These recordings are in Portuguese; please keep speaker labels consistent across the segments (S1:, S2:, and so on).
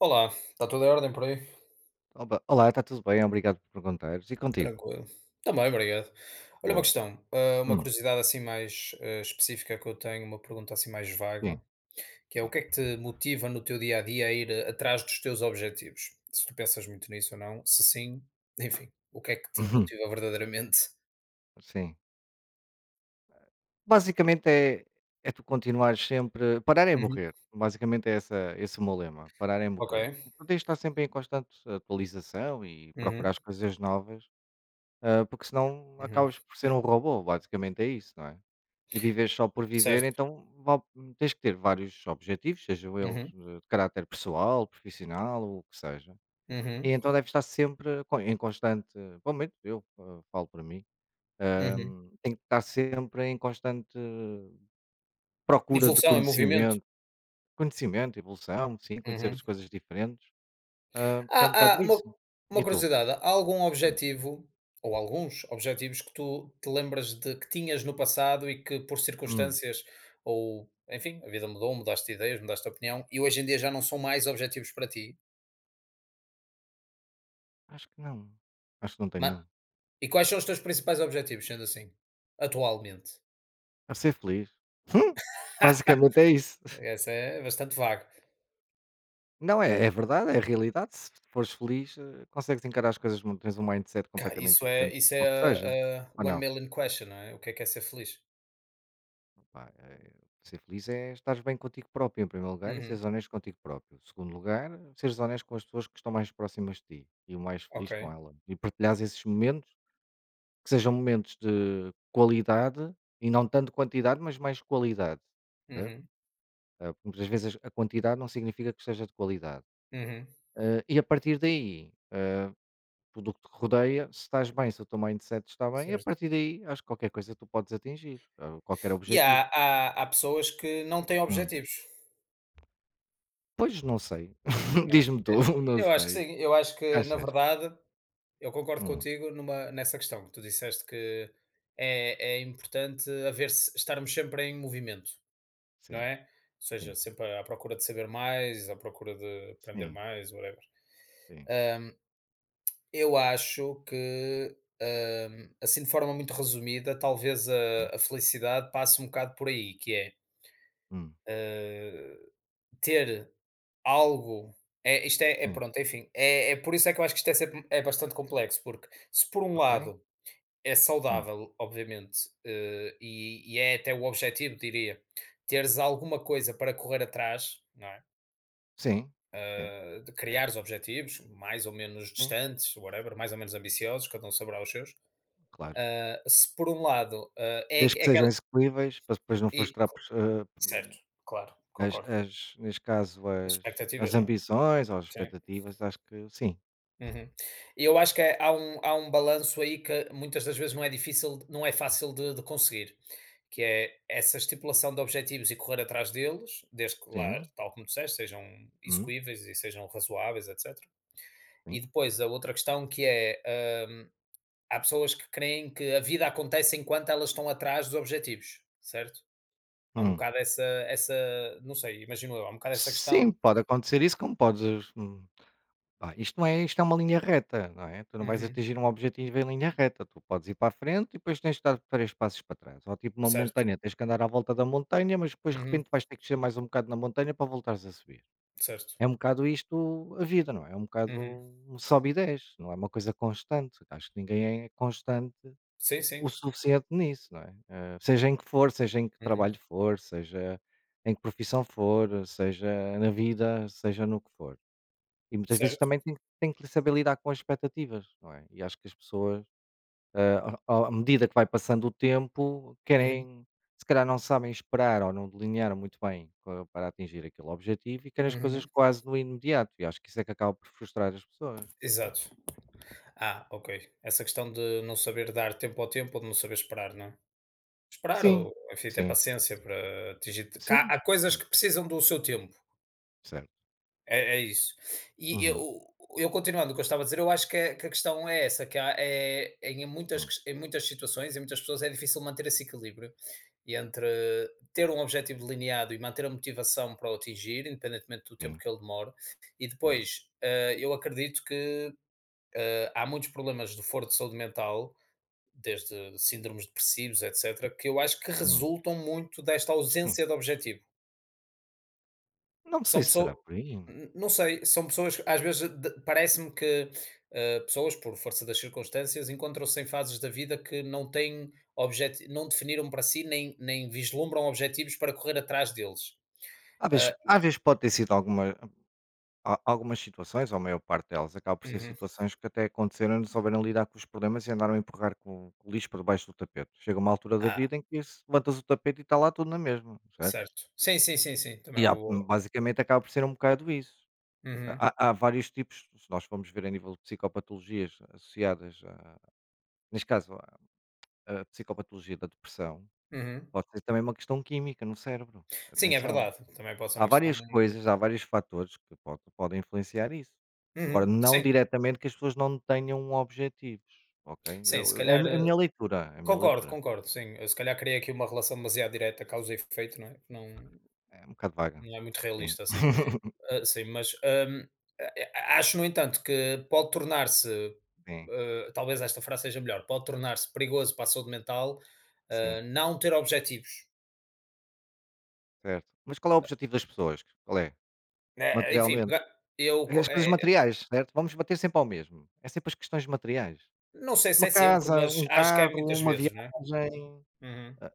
S1: Olá, está tudo em ordem por aí?
S2: Oba, olá, está tudo bem, obrigado por perguntares. E contigo?
S1: Tranquilo. Também, obrigado. Olha uma
S2: Boa.
S1: questão, uma
S2: Hum,
S1: curiosidade assim mais específica que eu tenho, uma pergunta assim mais
S2: sim,
S1: vaga, que é o
S2: sim.
S1: que é que te motiva no teu dia a dia a ir atrás dos teus objetivos? Se tu pensas muito nisso ou não, se sim, enfim, o que é que te motiva verdadeiramente?
S2: Sim. Basicamente é tu continuares sempre. Parar é
S1: Uhum.
S2: morrer. Basicamente é esse o meu lema. Parar é
S1: Ok.
S2: morrer. E tu tens de estar sempre em constante atualização e procurar
S1: Uhum.
S2: as coisas novas, porque senão
S1: Uhum.
S2: acabas por ser um robô. Basicamente é isso, não é? E viver só por viver,
S1: Certo.
S2: então tens que ter vários objetivos, sejam eles
S1: Uhum.
S2: de caráter pessoal, profissional, ou o que seja. E
S1: Uhum.
S2: então deve estar sempre co em constante, pelo menos eu, falo para mim, hã,
S1: Uhum.
S2: tenho que estar sempre em constante procura de
S1: Evolução em movimento.
S2: conhecimento, evolução, sim, conhecer
S1: Uhum.
S2: as coisas diferentes, que é um
S1: Há
S2: bocado
S1: há uma
S2: isso.
S1: uma
S2: E tu?
S1: curiosidade, há algum objetivo, ou alguns objetivos que tu te lembras de que tinhas no passado e que por
S2: Hum,
S1: circunstâncias ou, enfim, a vida mudou, mudaste de ideias, mudaste de opinião e hoje em dia já não são mais objetivos para ti?
S2: acho que não, acho que não tenho
S1: Ma
S2: nenhum.
S1: E quais são os teus principais objetivos, sendo assim, atualmente?
S2: A ser feliz. Hum, basicamente é isso.
S1: Essa é bastante vago.
S2: Não, é verdade, é a realidade. Se fores feliz, consegues encarar as coisas, mu tens um mindset
S1: Ca
S2: completamente
S1: isso é
S2: diferente,
S1: isso é
S2: ou que seja,
S1: a
S2: ou
S1: one
S2: não?
S1: million question, não é? O que é ser feliz?
S2: Pá, ser feliz é estares bem contigo próprio, em primeiro lugar, e
S1: Uhum,
S2: seres honesto contigo próprio. Em segundo lugar, seres honesto com as pessoas que estão mais próximas de ti e o mais feliz
S1: ok.
S2: com ela. E partilhares esses momentos, que sejam momentos de qualidade e não tanto quantidade, mas mais qualidade. Percebe?
S1: Uhum,
S2: Porque muitas vezes a quantidade não significa que seja de qualidade.
S1: uhum,
S2: E a partir daí, tudo o que te rodeia, se estás bem, se o teu mindset está bem, e a
S1: certo.
S2: partir daí, acho que qualquer coisa tu podes atingir, qualquer
S1: E
S2: objetivo.
S1: há pessoas que não têm objetivos,
S2: Pois, não sei.
S1: não é?
S2: Diz-me tu,
S1: Eh,
S2: não
S1: Eu acho que
S2: sei.
S1: sim, eu acho que na
S2: Achas?
S1: verdade, eu concordo
S2: Hum,
S1: contigo numa nessa questão que tu disseste que é importante haver se estarmos sempre em movimento, não
S2: sim,
S1: é? Ou seja,
S2: sim,
S1: sempre à procura de saber mais, à procura de aprender
S2: sim,
S1: mais, whatever.
S2: sim,
S1: Hum, eu acho que, assim de forma muito resumida, talvez
S2: sim,
S1: a felicidade passe um bocado por aí, que é
S2: hum,
S1: Eh, ter algo é, isto é
S2: hum,
S1: pronto, enfim, é por isso é que eu acho que isto é, sempre, é bastante complexo, porque se por um
S2: ok,
S1: lado é
S2: hum,
S1: saudável, obviamente, e é até o objetivo, diria, teres alguma coisa para correr atrás, não é?
S2: sim, sim,
S1: De criares objetivos mais ou menos
S2: sim,
S1: distantes, whatever, mais ou menos ambiciosos, cada um saberá os seus.
S2: claro.
S1: Se por um lado
S2: Desde
S1: é
S2: que sejam
S1: aquela.
S2: execuíveis, para depois não
S1: e-
S2: frustrar pes hã,
S1: Certo, claro,
S2: as
S1: concordo.
S2: as neste caso,
S1: As
S2: as
S1: expectativas, não é?
S2: ambições ou as
S1: Sim.
S2: expectativas, acho que sim,
S1: Uhum. E eu acho que há um balanço aí que muitas das vezes não é difícil, não é fácil de conseguir, que é essa estipulação de objetivos e correr atrás deles, desde que lá,
S2: sim,
S1: tal como disseste, sejam
S2: hum,
S1: execuíveis e sejam razoáveis, etc.
S2: sim,
S1: E depois a outra questão que é, hum, há pessoas que creem que a vida acontece enquanto elas estão atrás dos objetivos, certo? Há um
S2: hum.
S1: bocado essa, não sei, imagino eu, há um bocado essa
S2: Sim,
S1: questão.
S2: pode acontecer isso, como podes, Pá, isto é uma linha reta, não é? Tu não vais
S1: Uhum,
S2: atingir um objetivo em linha reta, tu podes ir para a frente e depois tens de dar 3 passos para trás, ou tipo uma
S1: certo.
S2: montanha, tens que andar à volta da montanha, mas depois de
S1: Uhum,
S2: repente vais ter que descer mais um bocado na montanha para voltares a subir.
S1: certo.
S2: É um bocado isto a vida, não é? É um bocado
S1: Uhum,
S2: um sobe e desce, não é uma coisa constante, acho que ninguém é constante
S1: sim,
S2: o
S1: sim.
S2: suficiente nisso, não é? Seja em que for, seja em que
S1: Uhum,
S2: trabalho for, seja em que profissão for, seja na vida, seja no que for. E muitas vezes
S1: certo.
S2: também tem que saber lidar com as expectativas, não é? E acho que as pessoas, ao à medida que vai passando o tempo,
S1: Uhum,
S2: querem, se calhar não sabem esperar ou não delinearam muito bem co para atingir aquele objetivo, e querem as coisas
S1: uhum,
S2: quase no imediato, e acho que isso é que acaba por frustrar as pessoas, não sei.
S1: exato. Ah, ok. Essa questão de não saber dar tempo ao tempo ou de não saber esperar, não é? Esperar
S2: Sim,
S1: ou, enfim, ter
S2: sim,
S1: paciência para atingir. Cá
S2: sim,
S1: há coisas
S2: hum,
S1: que precisam do seu tempo,
S2: certo.
S1: é isso. E
S2: Uhum,
S1: eu continuando o que eu estava a dizer, eu acho que, que a questão é essa, que há, é, em, muitas,
S2: hum,
S1: ques- em muitas situações, em muitas pessoas, é difícil manter esse equilíbrio e entre ter um objetivo delineado e manter a motivação para o atingir, independentemente do tempo
S2: sim,
S1: que ele demore, e
S2: sim,
S1: depois eu acredito que há muitos problemas de foro de saúde mental, desde síndromes depressivos, etc., que eu acho que
S2: hum,
S1: resultam muito desta
S2: sim.
S1: ausência de objetivo.
S2: Não sei
S1: São
S2: se
S1: pessoas,
S2: será por aí.
S1: não sei, são pessoas, que, às vezes parece-me que pessoas, por força das circunstâncias, encontram-se em fases da vida que não têm objetivo, não definiram para si, nem, nem vislumbram objetivos para correr atrás deles.
S2: Às vezes
S1: Ah,
S2: às vezes pode ter sido alguma. Há algumas situações, ou a maior parte delas, acaba por ser
S1: uhum.
S2: situações que até aconteceram e não souberam lidar com os problemas e andaram a empurrar com o lixo por debaixo do tapete. Chega uma altura da
S1: Ah,
S2: vida em que se levantas o tapete e está lá tudo na mesma, certo?
S1: certo. Sim, sim, sim, sim, também é uma
S2: Yeah.
S1: boa.
S2: Basicamente acaba por ser um bocado isso. Há,
S1: Uhum,
S2: há- há vários tipos, se nós formos ver a nível de psicopatologias associadas, a, neste caso, à psicopatologia da depressão,
S1: uhum.
S2: pode ser também uma questão química no cérebro.
S1: Sim, é
S2: Atenção.
S1: verdade. Também pode ser
S2: Há
S1: uma questão.
S2: várias coisas, há vários fatores que po podem influenciar isso. Agora,
S1: Uhum.
S2: não
S1: Sim,
S2: diretamente que as pessoas não tenham objetivos, ok?
S1: sim, se
S2: Eu é a
S1: calhar,
S2: mi é a minha leitura, é a minha
S1: concordo,
S2: leitura.
S1: concordo, sim. Eu se calhar criei aqui uma relação demasiado direta, causa e efeito, não é? Não,
S2: É um bocado vaga.
S1: não é muito
S2: Sim.
S1: realista, assim. Ah, sim, mas, a acho, no entanto, que pode tornar-se,
S2: Sim,
S1: talvez esta frase seja melhor, pode tornar-se perigoso para a saúde mental,
S2: sim,
S1: não ter objetivos.
S2: certo. Mas qual é o objetivo das pessoas? Qual é?
S1: Enfim,
S2: Materialmente?
S1: pega eu
S2: É.
S1: co
S2: As coisas
S1: eh eh,
S2: materiais, certo? Vamos bater sempre ao mesmo. É sempre as questões materiais.
S1: não sei se
S2: Uma
S1: é sempre,
S2: casa,
S1: mas
S2: um
S1: acho que é
S2: carro,
S1: muitas
S2: uma
S1: vezes, não é?
S2: viagem.
S1: Uhum,
S2: Ah,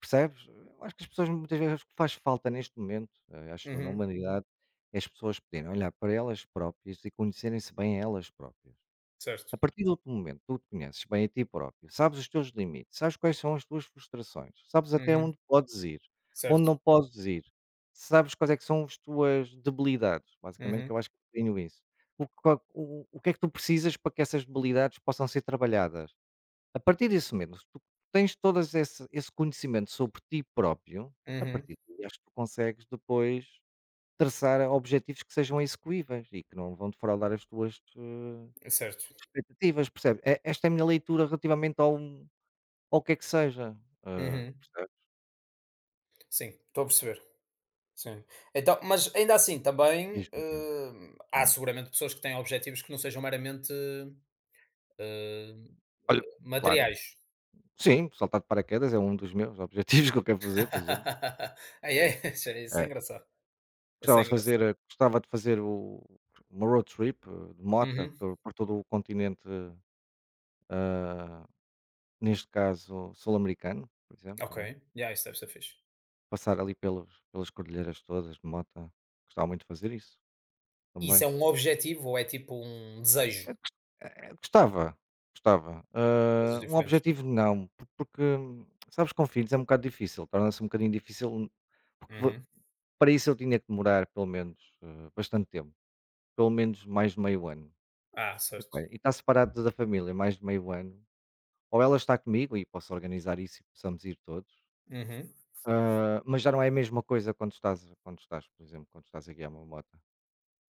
S2: Percebes? Eu acho que as pessoas muitas vezes o que faz falta neste momento, acho eu, na
S1: uhum,
S2: humanidade, é as pessoas poderem olhar para elas próprias e conhecerem-se bem a elas próprias.
S1: certo.
S2: A partir do outro momento tu te conheces bem a ti próprio, sabes os teus limites, sabes quais são as tuas frustrações, sabes até
S1: Uhum,
S2: onde podes ir, onde
S1: certo.
S2: não podes ir, sabes quais é que são as tuas debilidades, basicamente que
S1: Uhum,
S2: eu acho que tenho isso. O que é que tu precisas para que essas debilidades possam ser trabalhadas? A partir desse momento, tu tens todas esse conhecimento sobre ti próprio. A
S1: uhum,
S2: partir daí acho que tu consegues depois traçar objetivos que sejam execuíveis e que não vão defraudar as tuas,
S1: certo.
S2: expectativas. Percebe? É, esta é a minha leitura relativamente ao ao que é que seja,
S1: Uhum.
S2: percebes?
S1: Sim, estou a perceber. Sim. Então, mas ainda assim, também,
S2: Diz-me.
S1: há
S2: Hum.
S1: seguramente pessoas que têm objetivos que não sejam meramente, hum,
S2: Olha, claro.
S1: materiais.
S2: Sim, saltar de paraquedas é um dos meus objetivos que eu quero fazer, por exemplo.
S1: Ai, é? Isso é
S2: É.
S1: engraçado. Isso
S2: Gostava
S1: é
S2: de fazer,
S1: engraçado.
S2: eh, gostava de fazer o uma road trip de mota
S1: Uhum.
S2: por todo o continente, ah, neste caso sul-americano, por exemplo,
S1: Ok.
S2: também.
S1: Yeah, isso deve ser fixe.
S2: Passar ali pelas cordilheiras todas de moto. Gostava muito de fazer isso
S1: E isso
S2: também.
S1: é um objetivo ou é tipo um desejo?
S2: É, gos- Gostava, gostava.
S1: Coisas
S2: Ah, um
S1: diferentes, não é?
S2: objetivo não, porque, sabes, com filhos é um bocado difícil, torna-se um bocadinho difícil, porque
S1: Uhum.
S2: para isso eu tinha que demorar pelo menos, bastante tempo, pelo menos mais de meio ano.
S1: Ah,
S2: Epá,
S1: certo.
S2: e está separado da família mais de meio ano. Ou ela está comigo e posso organizar isso e possamos ir todos.
S1: Uhum.
S2: Ah, mas já não é a mesma coisa quando estás, por exemplo, quando estás a guiar uma moto,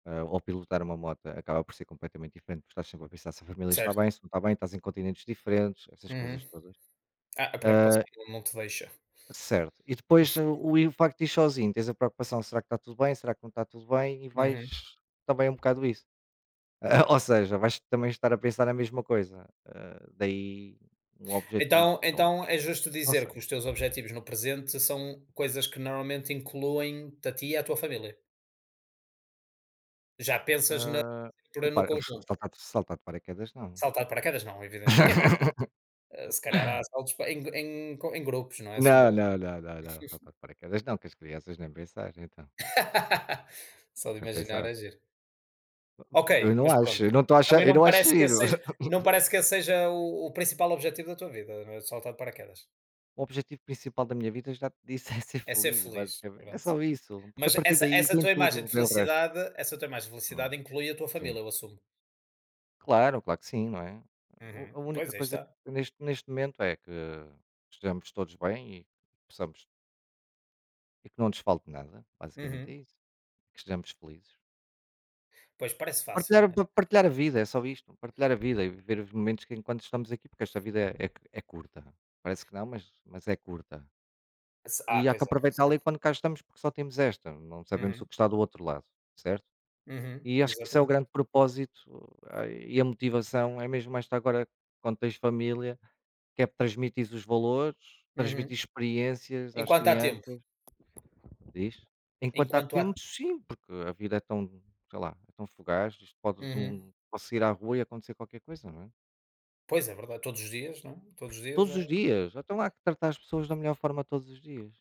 S2: ou pilotar uma moto, acaba por ser completamente diferente, porque estás sempre a pensar se a família está
S1: Certo.
S2: bem, se não está bem, estás em continentes diferentes, essas
S1: Uhum.
S2: coisas todas.
S1: Ah, a preocupação
S2: Ah,
S1: não te deixa.
S2: certo. E depois o facto de ir sozinho, tens a preocupação, será que está tudo bem, será que não está tudo bem, e
S1: Uhum.
S2: vais também um bocado isso. Ah, ou seja, vais também estar a pensar na mesma coisa. Ah, daí um objetivo,
S1: Então
S2: sei lá,
S1: então é justo
S2: não
S1: dizer
S2: sei.
S1: que os teus objetivos no presente são coisas que normalmente incluem-te a ti e à tua família? Já pensas na
S2: Ah, o
S1: aventura no
S2: par-
S1: conjunto?
S2: Saltar, saltar de paraquedas, não.
S1: Saltar de paraquedas não, evidente quer dizer, se calhar há saltos pa em em co em grupos, não é, sumo
S2: Não, não, não, não, não, saltar de paraquedas não, que as crianças nem pensar então,
S1: Só de
S2: nem
S1: imaginar
S2: pensar.
S1: é giro. Ok,
S2: Eu não
S1: mas pronto,
S2: acho, eu não estou a achar
S1: também
S2: eu
S1: não
S2: não acho
S1: parece que esse
S2: giro.
S1: seja não parece que esse seja o principal objetivo da tua vida, saltar de paraquedas.
S2: O objetivo principal da minha vida, já te disse, é ser
S1: É ser
S2: feliz,
S1: feliz,
S2: basicamente, é
S1: pronto.
S2: só isso, porque a
S1: Mas
S2: partir
S1: essa
S2: daí
S1: essa
S2: vem
S1: tua imagem
S2: tudo,
S1: de
S2: vem o resto.
S1: felicidade essa tua imagem de
S2: Hum,
S1: felicidade inclui a tua
S2: sim.
S1: família, eu assumo?
S2: Claro, claro que sim, não é? O a
S1: Uhum.
S2: única
S1: Pois, aí
S2: coisa que
S1: está.
S2: neste momento é que estejamos todos bem e que possamos e que não nos falte nada, basicamente é
S1: Uhum.
S2: isso, que estejamos felizes.
S1: Pois, parece fácil, né?
S2: Partilhar a vida, é só isto, partilhar a vida e viver os momentos que enquanto estamos aqui, porque esta vida é curta. Parece que não, mas é curta. E há que
S1: Pois é.
S2: aproveitá-la enquanto cá estamos, porque só temos esta, não sabemos o
S1: Uhum,
S2: que está do outro lado, certo?
S1: uhum,
S2: E acho que isso é o
S1: exatamente.
S2: grande propósito, e a motivação é mesmo esta agora quando tens família, que é transmitires os valores,
S1: Uhum.
S2: transmitir experiências às
S1: Enquanto há tempo,
S2: crianças. Diz? Enquanto há
S1: enquanto há
S2: tempo, sim, porque a vida é tão, sei lá, é tão fugaz, isto pode,
S1: uhum.
S2: não posso ir à rua e acontecer qualquer coisa, não é?
S1: Pois, é verdade, todos os dias, não é? Todos os dias
S2: Todos
S1: há.
S2: os dias. Então há que tratar as pessoas da melhor forma todos os dias,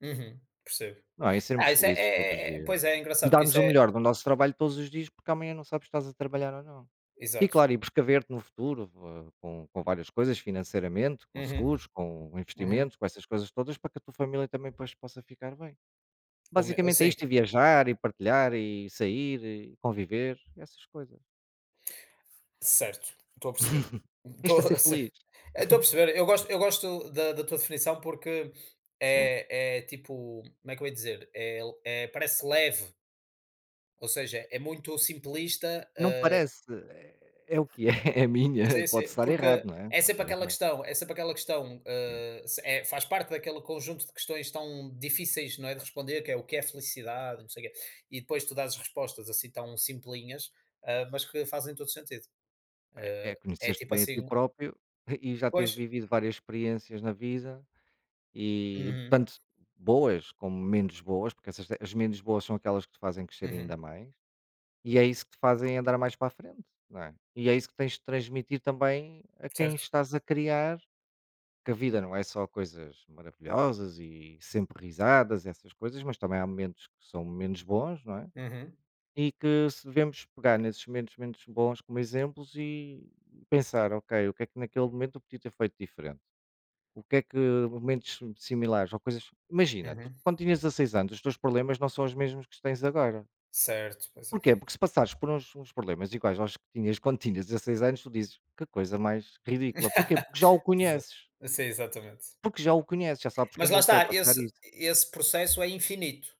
S1: Uhum, percebo.
S2: não é? E sermos
S1: Ah, isso
S2: felizes todos os dias.
S1: pois é, é
S2: E
S1: engraçado porque
S2: darmos
S1: isso
S2: o
S1: é
S2: melhor do nosso trabalho todos os dias, porque amanhã não sabes se estás a trabalhar ou não. E
S1: exato.
S2: claro, e precaver-te no futuro, com várias coisas, financeiramente, com
S1: Uhum,
S2: seguros, com
S1: uhum.
S2: investimentos, com essas coisas todas, para que a tua família também depois possa ficar bem.
S1: Ou me
S2: Basicamente é
S1: Sim,
S2: isto, e viajar, e partilhar, e sair, e conviver, essas coisas.
S1: certo, estou a perceber. Estou
S2: Isto é ser feliz.
S1: estou a perceber. Eu gosto da tua definição porque
S2: Sim.
S1: é tipo, como é que eu ia dizer? É parece leve. Ou seja, é muito simplista,
S2: Não parece, é o que é, é minha,
S1: sim,
S2: pode
S1: sim,
S2: estar errado,
S1: porque
S2: não é? Pode estar errado,
S1: é sempre aquela questão,
S2: sim.
S1: se é faz parte daquele conjunto de questões tão difíceis, não é, de responder, que é o que é felicidade, não sei o quê, e depois tu dás respostas assim tão simplinhas, mas que fazem todo sentido.
S2: É
S1: É
S2: conhecer-te
S1: tipo
S2: bem a ti
S1: assim
S2: próprio e já
S1: pois,
S2: tens vivido várias experiências na vida, e
S1: uhum,
S2: tanto boas como menos boas, porque essas, as menos boas, são aquelas que te fazem crescer ainda
S1: uhum,
S2: mais, e é isso que te fazem andar mais para a frente, não é? E é isso que tens de transmitir também a quem
S1: certo,
S2: estás a criar, que a vida não é só coisas maravilhosas e sempre risadas, essas coisas, mas também há momentos que são menos bons, não é?
S1: uhum,
S2: E que se devemos pegar nesses momentos menos bons como exemplos e pensar, ok, o que é que naquele momento eu podia ter feito diferente? O que é que momentos similares ou coisas. Imagina, tu
S1: uhum,
S2: quando tinhas 16 anos, os teus problemas não são os mesmos que tens agora.
S1: certo, pois
S2: Porquê?
S1: é.
S2: Porque se passares uns problemas iguais aos que tinhas quando tinhas 16 anos, tu dizes que coisa mais ridícula. Porquê?
S1: Exa sim, exatamente.
S2: Porque já o conheces, já sabes
S1: Mas
S2: como
S1: lá está,
S2: ultrapassar
S1: esse
S2: isso.
S1: esse processo é infinito.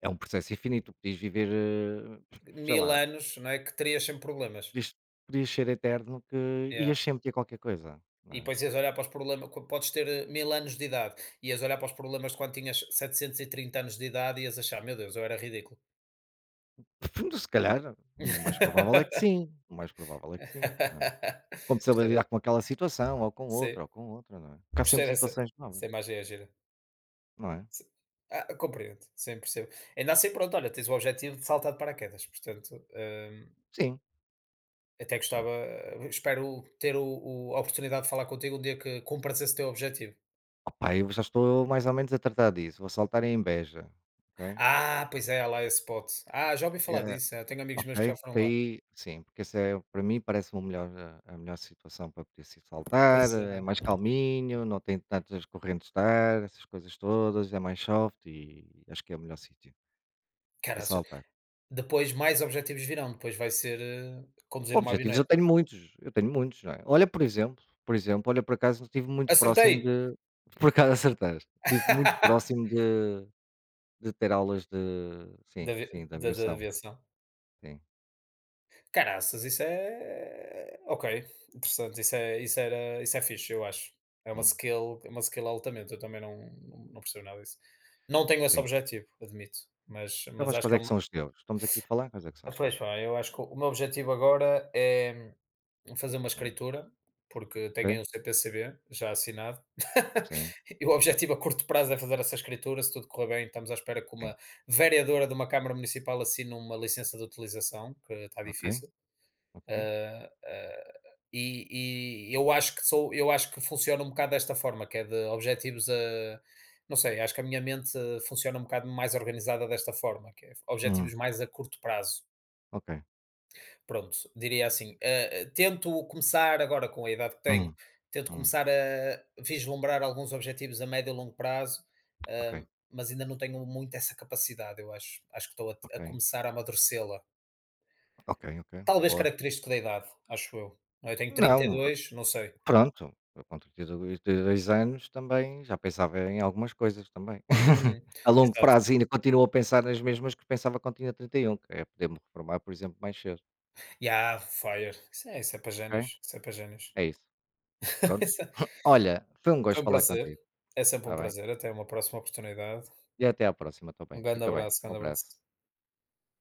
S2: É um processo infinito, podias viver, sei
S1: mil
S2: lá,
S1: anos, não é, que terias sempre problemas.
S2: podias podias ser eterno que
S1: É.
S2: ias sempre ter qualquer coisa, não
S1: E
S2: é?
S1: depois ias olhar para os problemas co podes ter, 1.000 anos de idade, ias olhar para os problemas de quando tinhas 730 anos de idade, e ias achar: "Meu Deus, eu era ridículo".
S2: Se calhar, o mais provável é que sim, não é? Como saber
S1: Gostei
S2: lidar
S1: de
S2: com aquela situação,
S1: Sim,
S2: ou com outra, não é? Porque há sempre
S1: gostei dessa
S2: situações novas,
S1: essa imagem é gira.
S2: não é?
S1: Si Compreendo, sim, percebo. Ainda assim, pronto, olha, tens o objetivo de saltar de paraquedas, portanto,
S2: Sim,
S1: até
S2: sim.
S1: gostava espero ter o a oportunidade de falar contigo um dia que cumpras esse teu objetivo.
S2: Opa, eu já estou mais ou menos a tratar disso, vou saltar em inveja, ok?
S1: Ah, pois é, há lá esse spot. Ah, já ouvi falar disso, é, tenho amigos
S2: Ok,
S1: meus que já
S2: porque
S1: foram lá.
S2: aí sim, porque isso, é para mim, parece-me o melhor, a melhor situação para poder se
S1: Pois
S2: saltar, é mais
S1: é.
S2: calminho, não tem tantas correntes de ar, essas coisas todas, é mais soft e acho que é o melhor sítio para
S1: Caraças,
S2: saltar.
S1: depois mais objetivos virão, depois vai ser, conduzir uma
S2: Objetivos
S1: avioneta.
S2: eu tenho muitos, não é? Olha, por exemplo, olha, por acaso estive muito próximo
S1: Acertei!
S2: de, por acaso acertaste, estive muito próximo de ter aulas de, sim, sim, de
S1: Da
S2: aviação,
S1: aviação.
S2: sim,
S1: Caraças, isso é ok, interessante, isso é fixe, eu acho.
S2: hum,
S1: É uma skill altamente, eu também não percebo nada disso. Não tenho esse
S2: sim.
S1: objetivo, admito, mas
S2: Então, mas
S1: acho
S2: quais
S1: que
S2: é
S1: é
S2: que
S1: uma
S2: são os teus? Estamos aqui a falar, quais é que são os teus?
S1: pois pá, eu acho que o meu objetivo agora é fazer uma
S2: Hum,
S1: escritura, porque tenho aí
S2: ok?
S1: um CPCB já assinado,
S2: Sim,
S1: e o objetivo a curto prazo é fazer essa escritura, se tudo correr bem, estamos à espera que
S2: sim.
S1: uma vereadora de uma câmara municipal assine uma licença de utilização, que está
S2: Ok,
S1: difícil.
S2: ok.
S1: Ah, ah, eu acho que funciona um bocado desta forma, que é de objetivos a não sei, acho que a minha mente funciona um bocado mais organizada desta forma, que é
S2: Hum,
S1: objetivos mais a curto prazo.
S2: ok.
S1: Pronto, diria assim, tento começar agora com a idade que tenho,
S2: Hum,
S1: tento
S2: hum.
S1: começar a vislumbrar alguns objetivos a médio e longo prazo,
S2: Ok,
S1: mas ainda não tenho muito essa capacidade, eu acho. Acho que estou a,
S2: ok,
S1: a começar a amadurecê-la.
S2: ok, ok.
S1: Talvez
S2: Boa.
S1: característico da idade, acho eu. Eu tenho
S2: Não,
S1: 32, não sei.
S2: pronto. Eu com trinta e dois anos também já pensava em algumas coisas também.
S1: Uhum,
S2: A longo
S1: exato.
S2: prazo ainda continuo a pensar nas mesmas que pensava quando tinha 31, que é poder-me reformar, por exemplo, mais cedo.
S1: Yeah, fire. Isso é para
S2: Ok?
S1: génios. Isso é para génios.
S2: É isso. Pronto.
S1: Isso é-
S2: Olha, foi um
S1: Foi
S2: gosto
S1: um
S2: falar
S1: prazer.
S2: contigo,
S1: É sempre um
S2: está bem?
S1: prazer. Até uma próxima oportunidade.
S2: E até à próxima também.
S1: Um grande
S2: Fica bem.
S1: abraço,
S2: Um
S1: grande
S2: abraço.
S1: abraço.